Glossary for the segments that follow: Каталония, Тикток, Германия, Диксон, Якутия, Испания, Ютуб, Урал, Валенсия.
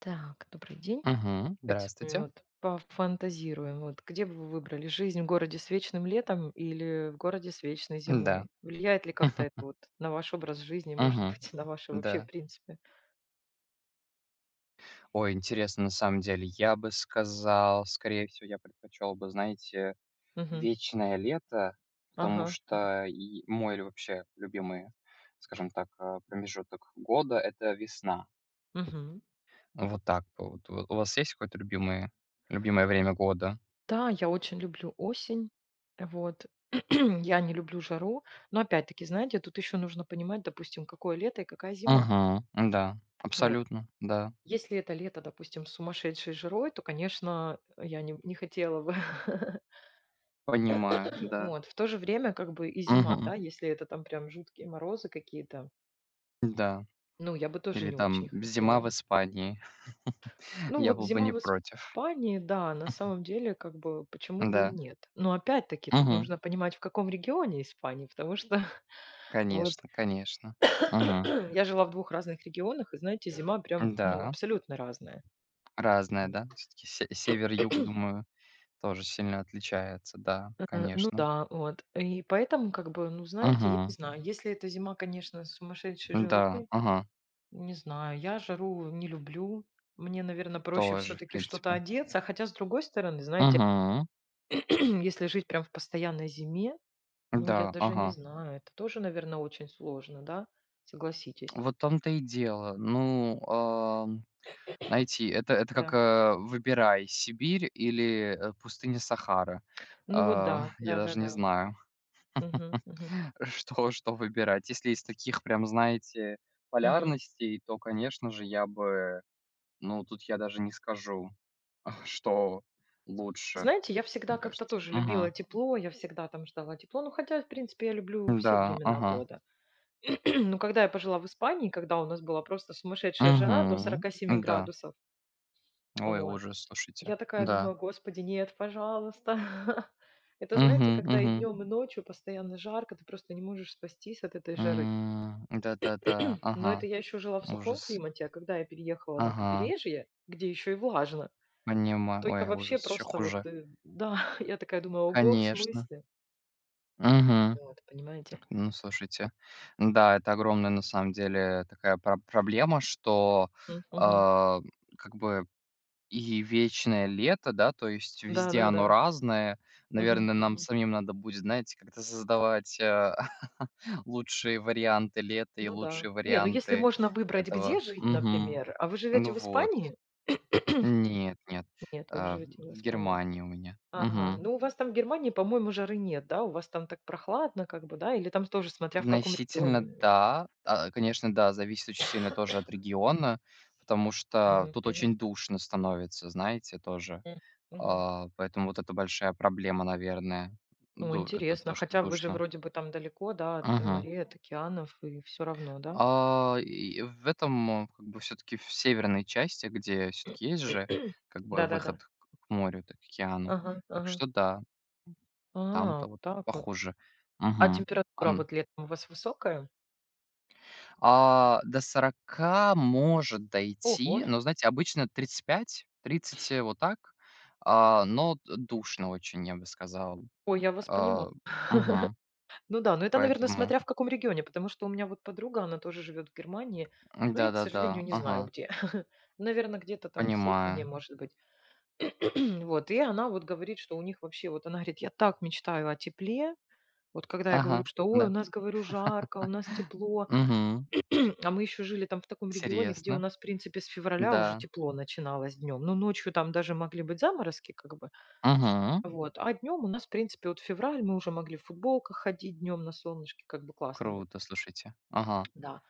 Так, добрый день. Мгм. Давайте с вами Здравствуйте. вот пофантазируем. Вот где бы вы выбрали жизнь в городе с вечным летом или в городе с вечной зимой? Да. Влияет ли как-то это вот на ваш образ жизни, может Мгм. быть, на ваше вообще в Да. принципе? Ой, интересно, на самом деле. Я бы сказал, скорее всего, я предпочел бы, знаете, Мгм. "вечное лето", потому Ага. что и мой или вообще любимый, скажем так, промежуток года — это весна. Мгм. Вот так вот. Вот у вас есть какое-то любимое время года? Да, я очень люблю осень. Вот. Я не люблю жару. Но опять-таки, знаете, тут еще нужно понимать, допустим, какое лето и какая зима. Угу. Да, Вот. абсолютно, да. Если это лето, допустим, с сумасшедшей жирой, то, конечно, я не хотела бы. Понимаю, да. Вот, в то же время как бы и зима, Угу. да, если это там прям жуткие морозы какие-то, Да. ну, я бы тоже Или не там очень зима в хотела. Испании. Ну, Я вот был бы зима не в против. Испании, да, на самом деле, как бы, почему бы и Да. нет. Но опять-таки тут Мгм. нужно понимать, в каком регионе Испании, потому что вот Конечно, конечно. Мгм. я жила в двух разных регионах, и, знаете, зима прям, ну, Да, абсолютно разная. разное, да? Всё-таки север-юг, думаю, тоже сильно отличается. Да, Ну конечно. да, вот. И поэтому, как бы, ну, знаете, я не Мгм. знаю, если эта зима, конечно, с сумасшедшей Да, жирой. ага, Не знаю, я жару не люблю. Мне, наверное, проще все тоже, в таки что-то принципе. одеться. Хотя, с другой стороны, знаете, Мгм. если жить прям в постоянной зиме, ну, Да, я даже не ага. знаю, это тоже, наверное, очень сложно, да? Согласитесь. Вот в том-то и дело. Ну, найти это как, Да. Выбирай: Сибирь или, пустыня Сахара. Ну вот да, я даже не да-да-да. знаю. Мгм, мгм, Что выбирать? Если из таких прям, знаете, мгм. полярностей, то, конечно же, я бы ну, тут я даже не скажу, что лучше, Знаете, я всегда мне как-то кажется. тоже любила Мгм. тепло, я всегда там ждала тепло. Ну, хотя, в принципе, я люблю все Да, времена ага. года. Но когда я пожила в Испании, когда у нас была просто сумасшедшая жара до Мгм. 47 Да. градусов, Ой, вот. ужас, слушайте. Я такая Да. думаю: "Господи, нет, пожалуйста". Это, знаете, Мгм, когда и мгм. днем, и ночью постоянно жарко, ты просто не можешь спастись от этой жары. Да-да-да, Но это ага, я еще жила в сухом ужас. климате, а когда я переехала на Ага, побережье, где еще и влажно, понимаю. то я Ой, вообще ужас, еще просто вот, хуже. Да, я такая думаю: "Ого, в Конечно. смысле?" Мгм. Вот, понимаете? Ну, слушайте, да, это огромная на самом деле такая пра проблема, что, Мгм. а, как бы и вечное лето, да, то есть везде Да-да-да. оно разное. Мгм, Наверное, нам мгм. самим надо будет, знаете, как-то создавать, лучшие варианты лета и Ну да. лучшие Не, ну если варианты можно выбрать, этого. где жить, Мгм. например. А вы живете Ну в вот. Испании? Нет, нет, Нет, вы живете не в в Испании. Германии у меня. Ага. Мгм. Ну, у вас там в Германии, по-моему, жары нет, да? У вас там так прохладно, как бы, да? Или там тоже, смотря в каком Относительно регионе, наверно? да. Конечно, да, зависит очень сильно тоже от региона, потому что Мгм, тут мгм, очень душно становится, знаете, тоже. м, мгм. Поэтому вот это большая проблема, наверное. Ну, Ду это интересно. то, что Хотя вы же душно. вроде бы там далеко, да, от Мгм. морей, от океанов, и все равно, да? И в этом, как бы все таки в северной части, где все таки есть же как бы Да-да-да. выход к к морю, т к океану. Ага, Так ага. что да, А, вот там-то вот так вот. похуже. А Мгм. температура вот летом у вас высокая? До 40 может Ого! дойти, но, знаете, обычно 35-30, вот так. Но д душно очень, я бы сказал. Ой, я вас понимаю. А, мгм. Ну да, но это, наверное, Поэтому смотря в каком регионе, потому что у меня вот подруга, она тоже живет в Германии, но я, к да-да-да, сожалению, не знаю ага, где. Наверное, где-то там севернее, понимаю. может быть. Вот, и она вот говорит, что у них вообще, вот она говорит: "Я так мечтаю о тепле". Вот когда я говорю, Ага, что: "Ой, у да. нас, говорю, жарко, у нас тепло". Угу. А мы еще жили там в таком регионе, где у Интересно. нас, в принципе, с февраля уже Да. тепло начиналось днем. Ну, ночью там даже могли быть заморозки как бы, Мгм. вот, а днем у нас, в принципе, вот февраль, мы уже могли в футболках ходить днем на солнышке, как бы классно было. Круто, слушайте. Ага. Да.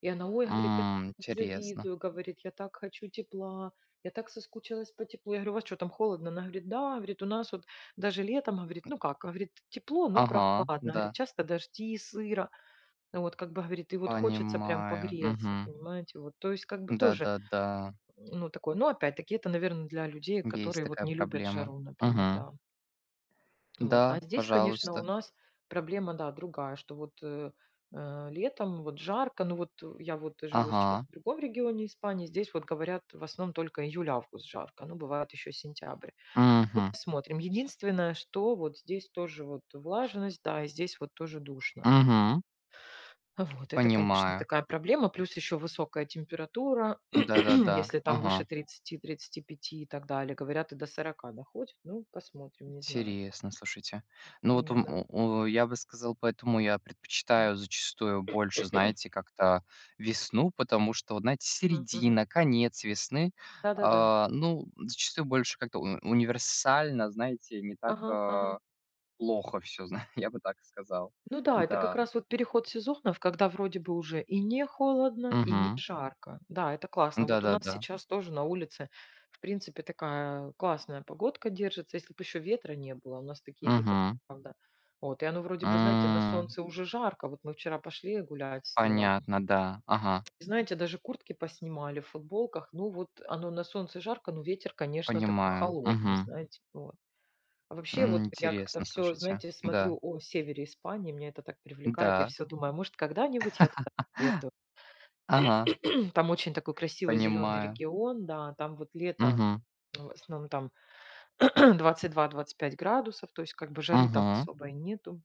И она: "Ой, — говорит, — я М, так интересно. завидую, — говорит, — я так хочу тепла, я так соскучилась по теплу". Я говорю: "У вас что там холодно?" Она говорит: "Да, — говорит, — у нас вот даже летом, — говорит, — ну как, — говорит, — тепло, но Ага, прохладно, — говорит, — да, часто дожди, сыро". Ну вот как бы, говорит, и вот хочется прям понимаю. погреться, Угу. понимаете, вот. То есть как бы тоже, Да-да-да, ну, такое, ну опять-таки это, наверное, для людей, есть которые вот такая не любят проблема. жару, например, Мгм. да. Вот. А Да, здесь, конечно, у пожалуйста. нас проблема, да, другая, что вот, летом вот жарко, ну вот, я вот живу сейчас Ага. в другом регионе Испании, здесь вот говорят в основном только июль-август жарко, ну бывает еще сентябрь. Ну Угу. посмотрим. Единственное, что вот здесь тоже вот влажность, да, и здесь вот тоже душно. Угу. Вот, это, конечно, Понимаю. такая проблема, плюс еще высокая температура, Да-да-да. если там выше Ага. 30, 35 и так далее, говорят, и до 40 доходит, ну, посмотрим, не знаю, Интересно, слушайте. Ну вот, именно. У я бы сказал, поэтому я предпочитаю зачастую больше, знаете, как-то весну, потому что, вот знаете, Мгм, мгм. середина, конец весны, Да-да-да. Ну, зачастую больше как-то у универсально, знаете, не так, Ага, ага. Плохо все, зна я бы так сказал. Ну да, это как Да. раз вот переход сезонов, когда вроде бы уже и не холодно, и не Угу. жарко. Да, это классно. Вот у нас Да-да-да. сейчас тоже на улице, в принципе, такая классная погодка держится, если бы еще ветра не было. У нас такие ветра, Угу. правда. Вот, и оно вроде бы, знаете, на солнце уже жарко. Вот мы вчера пошли гулять с сыном. Понятно, да. Ага, И знаете, даже куртки поснимали в футболках. Ну вот оно на солнце жарко, но ветер, конечно, такой понимаю. холодный, Мгм. знаете. Вот. А вообще, вот М, я как-то интересно, все, слушайте. знаете, Да, смотрю о севере Испании, меня это так привлекает. Я да, все думаю, а может, когда-нибудь я туда еду. ага, Там очень такой красивый зеленый понимаю. регион, да, там вот лето, Угу, ну, в основном там 22-25 градусов, то есть как бы жары там угу. особо и нету.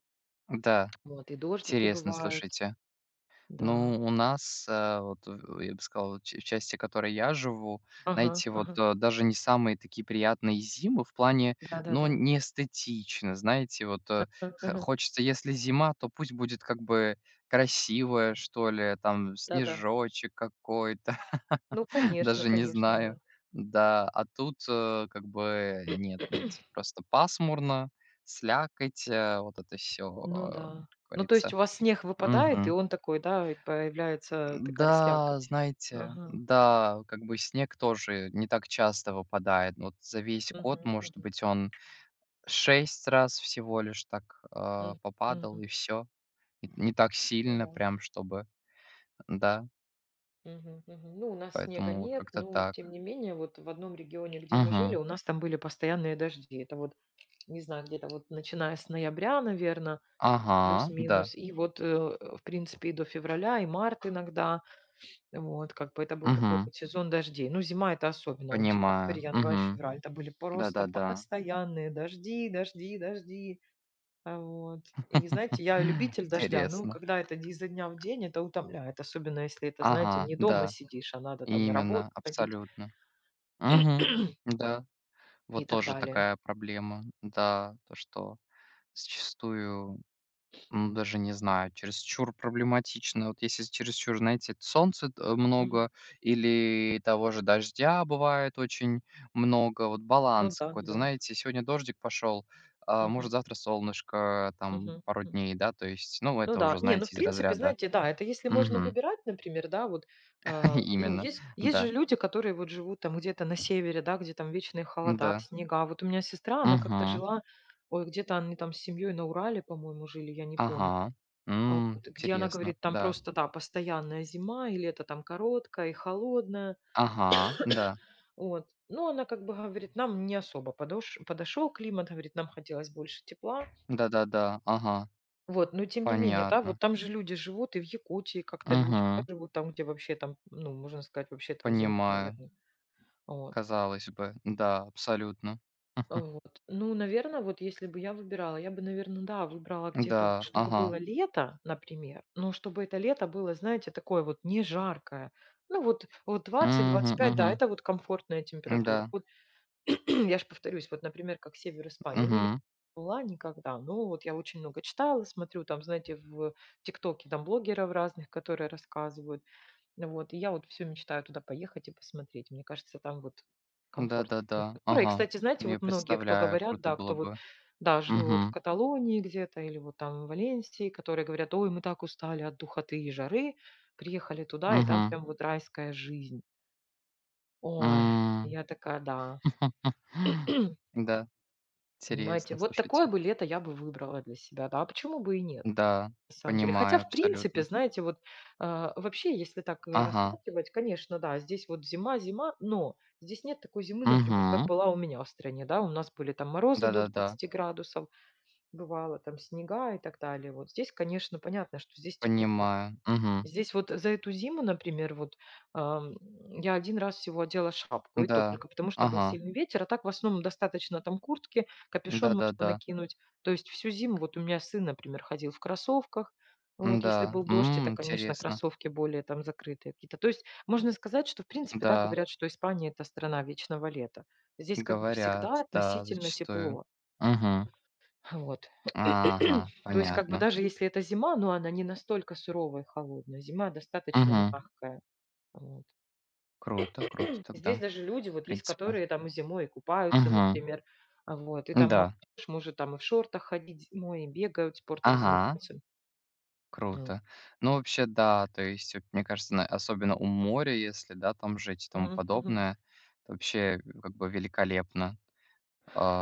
Да, Вот, и дождики интересно, бывают, слушайте. да. Ну, у нас, вот, в я бы сказал, ч в части, в которой я живу, Ага, знаете, вот, ага. Даже не самые такие приятные зимы в плане, ну, Да-да-да. не эстетично, знаете, вот, А, ага, хо ага. хочется, если зима, то пусть будет как бы красивая, что ли, там Да-да. снежочек какой-то. Ну, конечно, Даже не конечно, знаю. да. Да, а тут, как бы нет, знаете, просто пасмурно, слякоть, вот это все Ну э, да. как Ну, то есть говорится. у вас снег выпадает, и Мгм. он такой, да, и появляется такая Да, слякоть. знаете, Ага. да, как бы снег тоже не так часто выпадает. Вот за весь год, Мгм, может мгм, быть, он 6 раз всего лишь так, м, попадал, мгм. и все, не так Ну сильно да. прям, чтобы да, Мгм, мгм. Ну, у нас снега поэтому вот нет, как-то но так. тем не менее, вот в одном регионе, где мы жили, Мгм. у нас там были постоянные дожди. Это вот, не знаю, где-то вот начиная с ноября, наверное, Ага, да. плюс-минус, и вот, в принципе, и до февраля, и март иногда. Вот, как бы это был такой вот сезон дождей. Ну, зима, это особенно, вот декабрь, Понимаю. январь, Мгм. февраль, это были просто Да-да-да. постоянные дожди, дожди, дожди. А, вот. И знаете, я любитель дождя. Ну, Интересно. когда это д изо дня в день, это утомляет, особенно если это, знаете, Ага, не дома да, сидишь, а надо там на работу именно, ходить абсолютно. Мгм. Да, и вот так тоже далее. такая проблема. Да, то, что зачастую ну, даже не знаю, чересчур проблематично. Вот если чересчур, знаете, солнца т Мгм. много или того же дождя бывает очень много, вот Ну баланс да, ну какой-то. да. Знаете, сегодня дождик пошел, а, Мгм. может, завтра солнышко, там, Мгм. пару М. дней, да, то есть, ну, Ну это да. уже, Не, ну в знаете, из принципе, разряда знаете, да, это если можно мгм. выбирать, например, да, вот, ну, Именно, есть же да, люди, которые вот живут там где-то на севере, да, где там вечные холода, да, снега. А вот у меня сестра, она как-то мгм, жила, ой, где-то они там с семьей на Урале, по-моему, жили, я не помню. ага, А м, вот где она интересно, говорит, там да, просто, да, постоянная зима, и лето там короткое и холодное. ага, да, Вот. Но она как бы говорит, нам не особо подошел климат, говорит, нам хотелось больше тепла. да-да-да, ага, Вот, но тем не менее, да, понятно, вот там же люди живут, и в Якутии как-то люди, да, мгм, живут там, где вообще там, ну, можно сказать, вообще там зима, понимаю. наверное. Казалось бы, да, абсолютно. А, Мгм. вот. Ну, наверное, вот если бы я выбирала, я бы, наверное, да, выбрала где-то вот, Да, чтобы ага. было лето, например, но чтобы это лето было, знаете, такое вот не жаркое. Ну вот, вот двадцать двадцать Мгм, пять да, мгм. это вот комфортная температура. Да, Вот, я ж повторюсь, вот, например, как север Испании. Ну, я не мгм. была никогда, но вот я очень много читала, смотрю там, знаете, в "Тиктоке" там блогеров разных, которые рассказывают. Вот, и я вот все мечтаю туда поехать и посмотреть. Мне кажется, там вот комфорт, Да-да-да, температура. И, ага. кстати, знаете, Я вот многие, кто представляю, говорят, круто да, было кто вот, бы. да, жил вот в Мгм, Каталонии где-то или вот там в Валенсии, которые говорят: "Ой, мы так устали от духоты и жары, приехали туда, и там мгм, прям вот райская жизнь". Ой, м. я такая: "Да". Да, Понимаете, интересно, вот такое слушайте. бы лето я бы выбрала для себя, да, а почему бы и нет, Да, на самом деле. Хотя, понимаю в принципе, абсолютно. знаете, вот, вообще, если так, Ага, рассматривать, конечно, да, здесь вот зима, зима, но здесь нет такой зимы, например, как угу, была у меня в стране, да, у нас были там морозы до да-да-да, 20 градусов, бывало там снега и так далее. Вот здесь, конечно, понятно, что здесь тепло. понимаю. Угу, Здесь вот за эту зиму, например, вот, ам, я один раз всего одела шапку, и то да, только потому, что был ага. сильный ветер, а так в основном достаточно там куртки, капюшон можно Да-да-да. накинуть. То есть всю зиму вот у меня сын, например, ходил в кроссовках. Вот, если Да был дождь, это, м, конечно, интересно. кроссовки более там закрытые какие-то. То есть можно сказать, что в принципе, да, Да. говорят, что Испания — это страна вечного лета. Здесь как бы Говорят, всегда да, относительно зачастую. тепло. Мгм. Вот. Ага, То есть как бы понятно. даже если это зима, но она не настолько суровая и холодная. Зима достаточно Мгм. мягкая. Вот. Круто, круто Здесь тогда, даже люди в вот есть, принципе. которые там и зимой и купаются, Мгм. например. А, вот. И там Да. молодежь может там и в шортах ходить зимой, и бегают, спортом Ага, занимаются. Вот. круто. Ну, вообще, да, то есть, вот мне кажется, на особенно у моря, если, да, там жить и тому Мгм, мгм. подобное, то вообще, как бы, великолепно,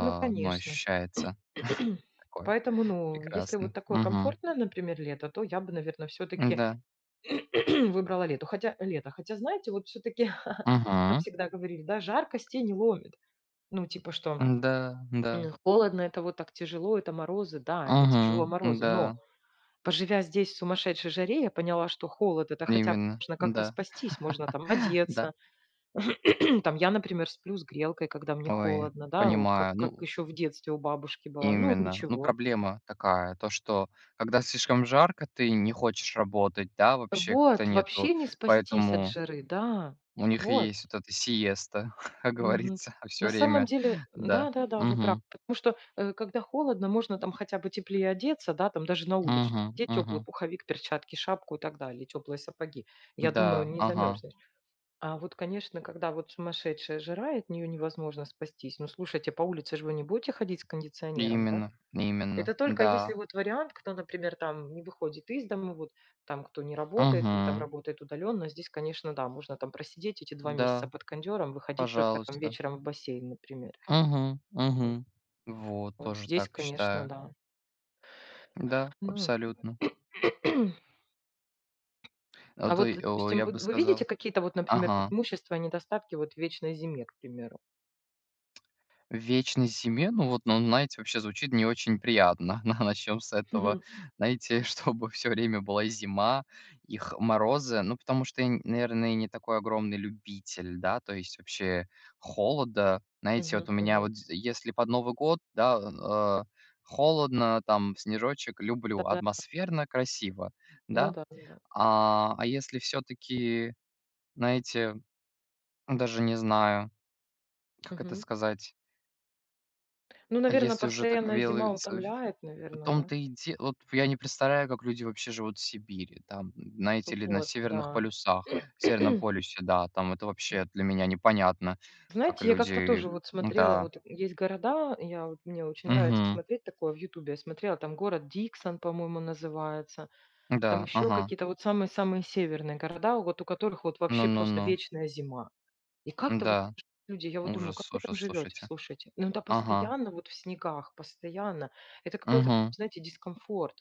Ну, ну, конечно. ощущается такое Поэтому, ну, если прекрасно. вот такое Мгм. комфортное, например, лето, то я бы, наверное, все-таки Да. выбрала лето. Хотя, знаете, вот все-таки нам Мгм. всегда говорили, да, жаркость не ломит. Ну, типа, что, Да, да. Холодно — это вот так тяжело, это морозы. Да, это Мгм. тяжело, морозы. Да, Но, поживя здесь в сумасшедшей жаре, я поняла, что холод — это хотя бы именно. можно как-то Да. спастись, можно там Да. одеться. Там я, например, сплю с грелкой, когда мне Ой, холодно, да, вот как понимаю. как Ну, еще в детстве у бабушки была. Ну, именно. Ну, ничего. проблема такая, то, что когда слишком жарко, ты не хочешь работать, да, вообще как-то Вот, нету. вообще не спастись от Поэтому жары, да. у них и Вот. есть вот эта сиеста, как Мгм. говорится, все На самом время. деле, Да. да-да-да, вы правы. Угу. Потому что, когда холодно, можно там хотя бы теплее одеться, да, там даже на улицу, Угу. где теплый Угу. пуховик, перчатки, шапку и так далее, теплые сапоги. Я думаю, Да. не Ага. замерзнешь. А вот, конечно, когда вот сумасшедшая жара, и от нее невозможно спастись. Ну, слушайте, по улице же вы не будете ходить с кондиционером, да? Именно. Именно. Это только если Да. вот вариант, кто, например, там не выходит из дома, вот там кто не работает или там Угу. работает удаленно. Здесь, конечно, да, можно там просидеть эти 2 месяца Да, под кондёром, выходить только там пожалуйста. вечером в бассейн, например. Угу. Вот Угу. Вот, вот тоже здесь, так конечно, считаю. да. Да, Ну, абсолютно. А то вот, и о, допустим, я вы бы вы видите сказал. какие-то вот, например, Ага. преимущества и недостатки вот в вечной зиме, к примеру? В вечной зиме? Ну вот, ну, знаете, вообще звучит не очень приятно. На начнем с этого. Знаете, чтобы все время была зима, их морозы. Ну, потому что я, наверное, не такой огромный любитель, да, то есть вообще холода. Знаете, вот Мгм, у меня мгм. вот з если под Новый год, да, холодно, там снежочек, люблю, Да-да. атмосферно, красиво, Ну да. да, ну да. А если все таки знаете, даже не знаю, как это Мгм. сказать, Ну, а наверно, если уже так постоянная зима велы утомляет, в наверное, да? том-то и де вот я не представляю, как люди вообще живут в Сибири, там, знаете ли, на Вот, северных да. полюсах, Северном полюсе, да, там это вообще для меня непонятно, как Знаете, я как-то люди тоже вот вот. смотрела, Да, вот есть города, я вот, мне очень нравится мгм, смотреть такое в "Ютубе". Я смотрела, там город Диксон, по-моему, называется, да, там еще ага, какие-то вот самые-самые северные города, вот у которых вот вообще просто ну-ну-ну, вечная зима. И как-то вот да, люди, я вот думаю, как ужас, вы там ужас, живете, слушайте, слушайте? Ну, да, ага, постоянно вот в снегах, постоянно. Это какой-то, прям, мгм, знаете, дискомфорт.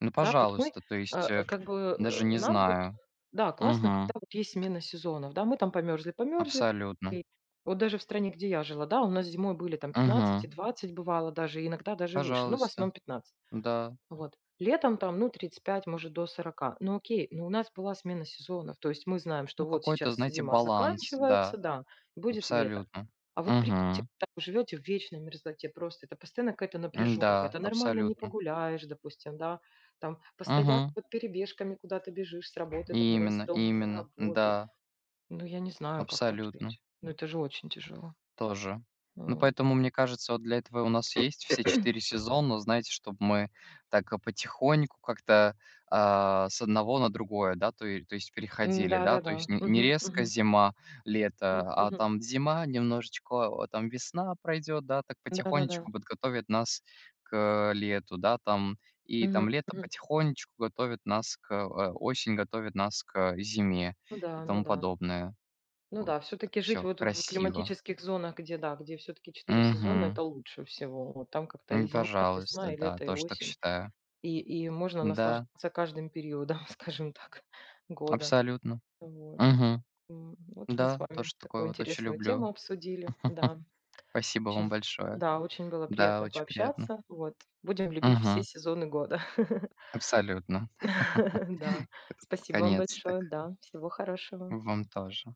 ну, Да, вот мы, пожалуйста, то э, есть, как бы, даже не нам вот, знаю, да, классно, мгм, когда вот есть смена сезонов, да, мы там померзли, померзли. абсолютно, И вот даже в стране, где я жила, да, у нас зимой были там 15 и мгм, 20 бывало даже, и иногда даже выше, ну, в пожалуйста, основном 15. да, Вот. Летом там, ну, 35 может, до 40. Ну, окей, но у нас была смена сезонов. То есть мы знаем, что ну, вот какой-то, сейчас знаете, зима баланс, заканчивается, да, да, будет лето. абсолютно, А вот прикиньте, мгм. когда вы живете в вечной мерзлоте просто, это постоянно какая-то напряженка, М-да, это нормально не абсолютно. погуляешь, допустим, да, там постоянно Угу. вот перебежками куда-то бежишь с работы домой, с Именно, дома на именно. работу. Да, Ну, я не знаю, как так абсолютно. жить. Ну, это же очень тяжело. Тоже. Ну, Вот. поэтому, мне кажется, вот для этого у нас есть все 4 сезона, знаете, чтобы мы так, потихоньку как-то, с одного на другое, да, то есть переходили, да. То Да-да-да. есть не Мгм, резко мгм, зима, лето, а мгм. там зима, немножечко, там весна пройдет, да, так Да-да-да. потихонечку подготовит нас к лету, да, там. И Мгм, там лето мгм. потихонечку готовит нас к осень готовит нас к зиме Ну и да, ну тому да. подобное. Ну Вот да, все так таки жить все вот в красиво. климатических зонах, где, да, где все таки четыре сезона — Мгм. это лучше всего. Вот там как-то и М, зима, и пожалуйста, весна, и да, лето, и тоже так осень. считаю. И можно Да, наслаждаться каждым периодом, скажем так, года. абсолютно. Вот. Мгм. Вот мы с Да, вами тоже такое такую вот очень интересную тему люблю. обсудили. Да, Спасибо вам очень, большое. да, очень было Да, приятно очень приятно. пообщаться. Вот. Будем любить все Мгм. сезоны года. Абсолютно. Да. Как это под Спасибо вам конец, так большое. Да. Всего хорошего. вам тоже.